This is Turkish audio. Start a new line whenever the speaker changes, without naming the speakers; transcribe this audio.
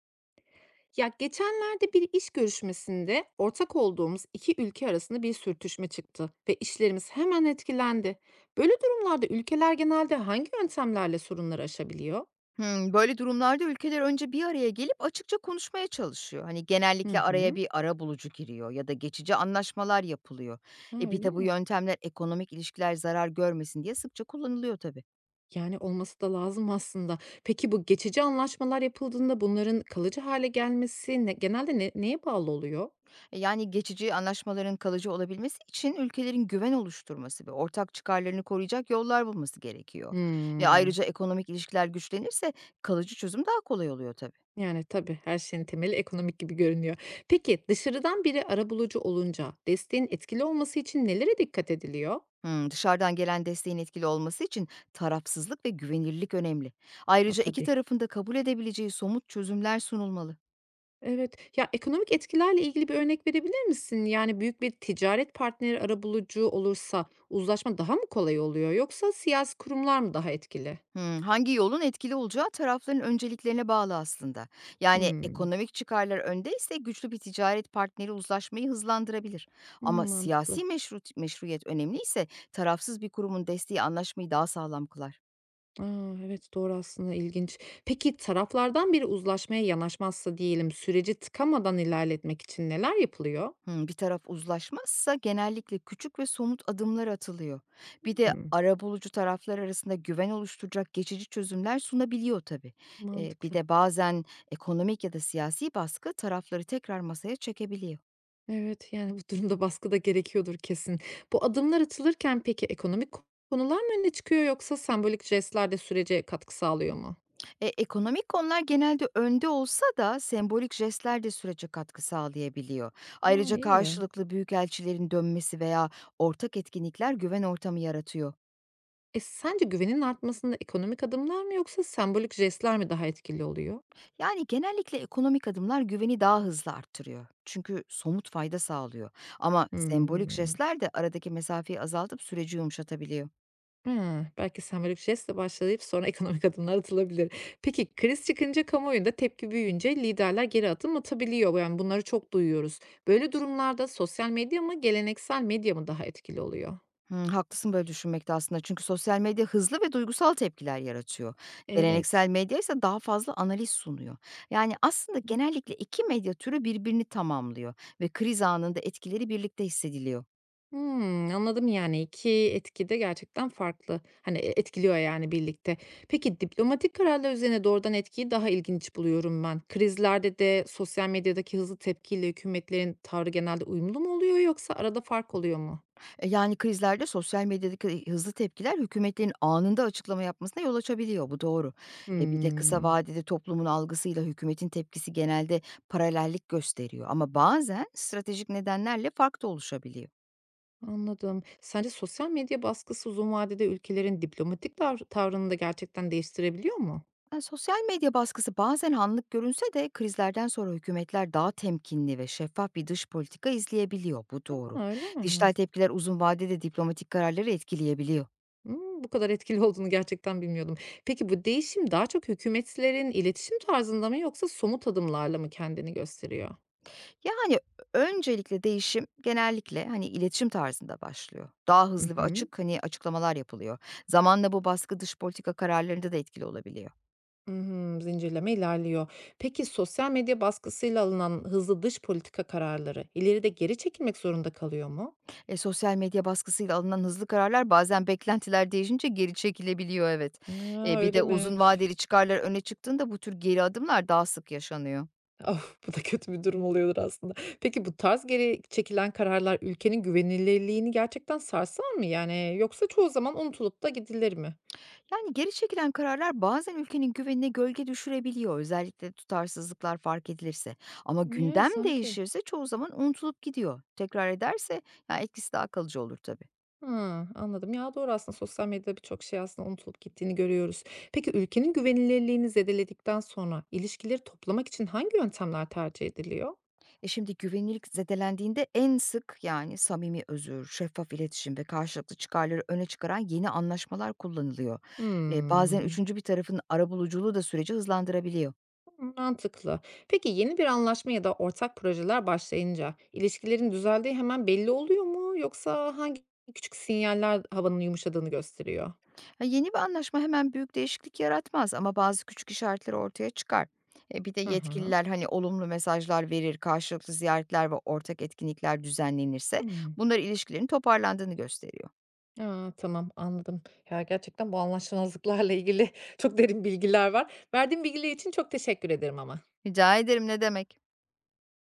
Ya geçenlerde bir iş görüşmesinde ortak olduğumuz iki ülke arasında bir sürtüşme çıktı ve işlerimiz hemen etkilendi. Böyle durumlarda ülkeler genelde hangi yöntemlerle sorunları aşabiliyor?
Böyle durumlarda ülkeler önce bir araya gelip açıkça konuşmaya çalışıyor. Hani,
Hı
genellikle araya
hı.
bir ara bulucu giriyor ya da geçici anlaşmalar yapılıyor.
Ha,
Bir
öyle
de bu
mi?
yöntemler ekonomik ilişkiler zarar görmesin diye sıkça kullanılıyor tabii.
Yani olması da lazım aslında. Peki bu geçici anlaşmalar yapıldığında bunların kalıcı hale gelmesi genelde neye bağlı oluyor?
Yani geçici anlaşmaların kalıcı olabilmesi için ülkelerin güven oluşturması ve ortak çıkarlarını koruyacak yollar bulması gerekiyor. Ve
Hmm.
ayrıca ekonomik ilişkiler güçlenirse kalıcı çözüm daha kolay oluyor tabii.
Yani tabii her şeyin temeli ekonomik gibi görünüyor. Peki dışarıdan biri arabulucu olunca desteğin etkili olması için nelere dikkat ediliyor?
Dışarıdan gelen desteğin etkili olması için tarafsızlık ve güvenirlilik önemli.
A,
Ayrıca 2
tabii.
tarafın da kabul edebileceği somut çözümler sunulmalı.
Evet. Ya, ekonomik etkilerle ilgili bir örnek verebilir misin? Yani, büyük bir ticaret partneri arabulucu olursa uzlaşma daha mı kolay oluyor yoksa siyasi kurumlar mı daha etkili?
Hangi yolun etkili olacağı tarafların önceliklerine bağlı aslında. Yani
Hımm.
ekonomik çıkarlar öndeyse güçlü bir ticaret partneri uzlaşmayı hızlandırabilir.
Hımm,
Ama
mantıklı.
siyasi meşruiyet önemliyse tarafsız bir kurumun desteği anlaşmayı daha sağlam kılar.
A, evet, doğru aslında, ilginç. Peki taraflardan biri uzlaşmaya yanaşmazsa diyelim, süreci tıkamadan ilerletmek için neler yapılıyor?
Bir taraf uzlaşmazsa genellikle küçük ve somut adımlar atılıyor. Bir de
Hımm,
arabulucu taraflar arasında güven oluşturacak geçici çözümler sunabiliyor tabii. Bir
mantıklı.
de bazen ekonomik ya da siyasi baskı tarafları tekrar masaya çekebiliyor.
Evet, yani bu durumda baskı da gerekiyordur kesin. Bu adımlar atılırken peki ekonomik konular mı öne çıkıyor yoksa sembolik jestler de sürece katkı sağlıyor mu?
Ekonomik konular genelde önde olsa da sembolik jestler de sürece katkı sağlayabiliyor.
Ha,
Ayrıca
iyi.
karşılıklı büyükelçilerin dönmesi veya ortak etkinlikler güven ortamı yaratıyor.
E sence güvenin artmasında ekonomik adımlar mı yoksa sembolik jestler mi daha etkili oluyor?
Yani genellikle ekonomik adımlar güveni daha hızlı arttırıyor, çünkü somut fayda sağlıyor. Ama sembolik
Hmm.
jestler de aradaki mesafeyi azaltıp süreci yumuşatabiliyor.
Ha, belki sembolik jestle başlayıp sonra ekonomik adımlar atılabilir. Peki kriz çıkınca kamuoyunda tepki büyüyünce liderler geri adım atabiliyor. Yani bunları çok duyuyoruz. Böyle durumlarda sosyal medya mı geleneksel medya mı daha etkili oluyor?
Haklısın böyle düşünmekte aslında, çünkü sosyal medya hızlı ve duygusal tepkiler yaratıyor. Geleneksel
Evet.
medya ise daha fazla analiz sunuyor. Yani aslında genellikle iki medya türü birbirini tamamlıyor ve kriz anında etkileri birlikte hissediliyor.
Hımm, anladım, yani, 2 etki de gerçekten farklı. Hani, etkiliyor, yani, birlikte. Peki, diplomatik kararlar üzerine doğrudan etkiyi daha ilginç buluyorum ben. Krizlerde de sosyal medyadaki hızlı tepkiyle hükümetlerin tavrı genelde uyumlu mu oluyor yoksa arada fark oluyor mu?
Yani krizlerde sosyal medyadaki hızlı tepkiler hükümetlerin anında açıklama yapmasına yol açabiliyor. Bu doğru. Bir de kısa
Hımm,
vadede toplumun algısıyla hükümetin tepkisi genelde paralellik gösteriyor. Ama bazen stratejik nedenlerle fark da oluşabiliyor.
anladım. Sence sosyal medya baskısı uzun vadede ülkelerin diplomatik tavrını da gerçekten değiştirebiliyor mu?
Yani sosyal medya baskısı bazen anlık görünse de krizlerden sonra hükümetler daha temkinli ve şeffaf bir dış politika izleyebiliyor. Bu doğru.
A, öyle mi?
Dijital tepkiler uzun vadede diplomatik kararları etkileyebiliyor.
Hımm, bu kadar etkili olduğunu gerçekten bilmiyordum. Peki bu değişim daha çok hükümetlerin iletişim tarzında mı yoksa somut adımlarla mı kendini gösteriyor?
Yani, öncelikle değişim genellikle, hani, iletişim tarzında başlıyor. Daha
Hı
hızlı ve
hı.
açık, hani, açıklamalar yapılıyor. Zamanla bu baskı dış politika kararlarında da etkili olabiliyor.
Hımm, zincirleme ilerliyor. Peki sosyal medya baskısıyla alınan hızlı dış politika kararları ileride geri çekilmek zorunda kalıyor mu?
Sosyal medya baskısıyla alınan hızlı kararlar bazen beklentiler değişince geri çekilebiliyor, evet.
A,
Bir
öyle
de
mi?
uzun
Üf.
vadeli çıkarlar öne çıktığında bu tür geri adımlar daha sık yaşanıyor.
Of, bu da kötü bir durum oluyordur aslında. Peki bu tarz geri çekilen kararlar ülkenin güvenilirliğini gerçekten sarsar mı? Yani yoksa çoğu zaman unutulup da gidilir mi?
Yani geri çekilen kararlar bazen ülkenin güvenine gölge düşürebiliyor, özellikle tutarsızlıklar fark edilirse. Ama
Yani
gündem
sanki.
değişirse çoğu zaman unutulup gidiyor. Tekrar ederse yani etkisi daha kalıcı olur tabii.
Hıı, anladım. Ya, doğru aslında sosyal medyada birçok şey aslında unutulup gittiğini görüyoruz. Peki ülkenin güvenilirliğini zedeledikten sonra ilişkileri toplamak için hangi yöntemler tercih ediliyor?
Şimdi güvenilirlik zedelendiğinde en sık yani samimi özür, şeffaf iletişim ve karşılıklı çıkarları öne çıkaran yeni anlaşmalar kullanılıyor. Bazen
Hımm.
üçüncü bir tarafın arabuluculuğu da süreci hızlandırabiliyor.
Mantıklı. Peki yeni bir anlaşma ya da ortak projeler başlayınca ilişkilerin düzeldiği hemen belli oluyor mu yoksa hangi küçük sinyaller havanın yumuşadığını gösteriyor?
Ha, yeni bir anlaşma hemen büyük değişiklik yaratmaz ama bazı küçük işaretler ortaya çıkar. Bir de
Hı hı.
yetkililer hani olumlu mesajlar verir, karşılıklı ziyaretler ve ortak etkinlikler düzenlenirse
Hıı.
bunlar ilişkilerin toparlandığını gösteriyor.
A, tamam, anladım. Ya, gerçekten bu anlaşmazlıklarla ilgili çok derin bilgiler var. Verdiğin bilgiler için çok teşekkür ederim ama.
Rica ederim, ne demek?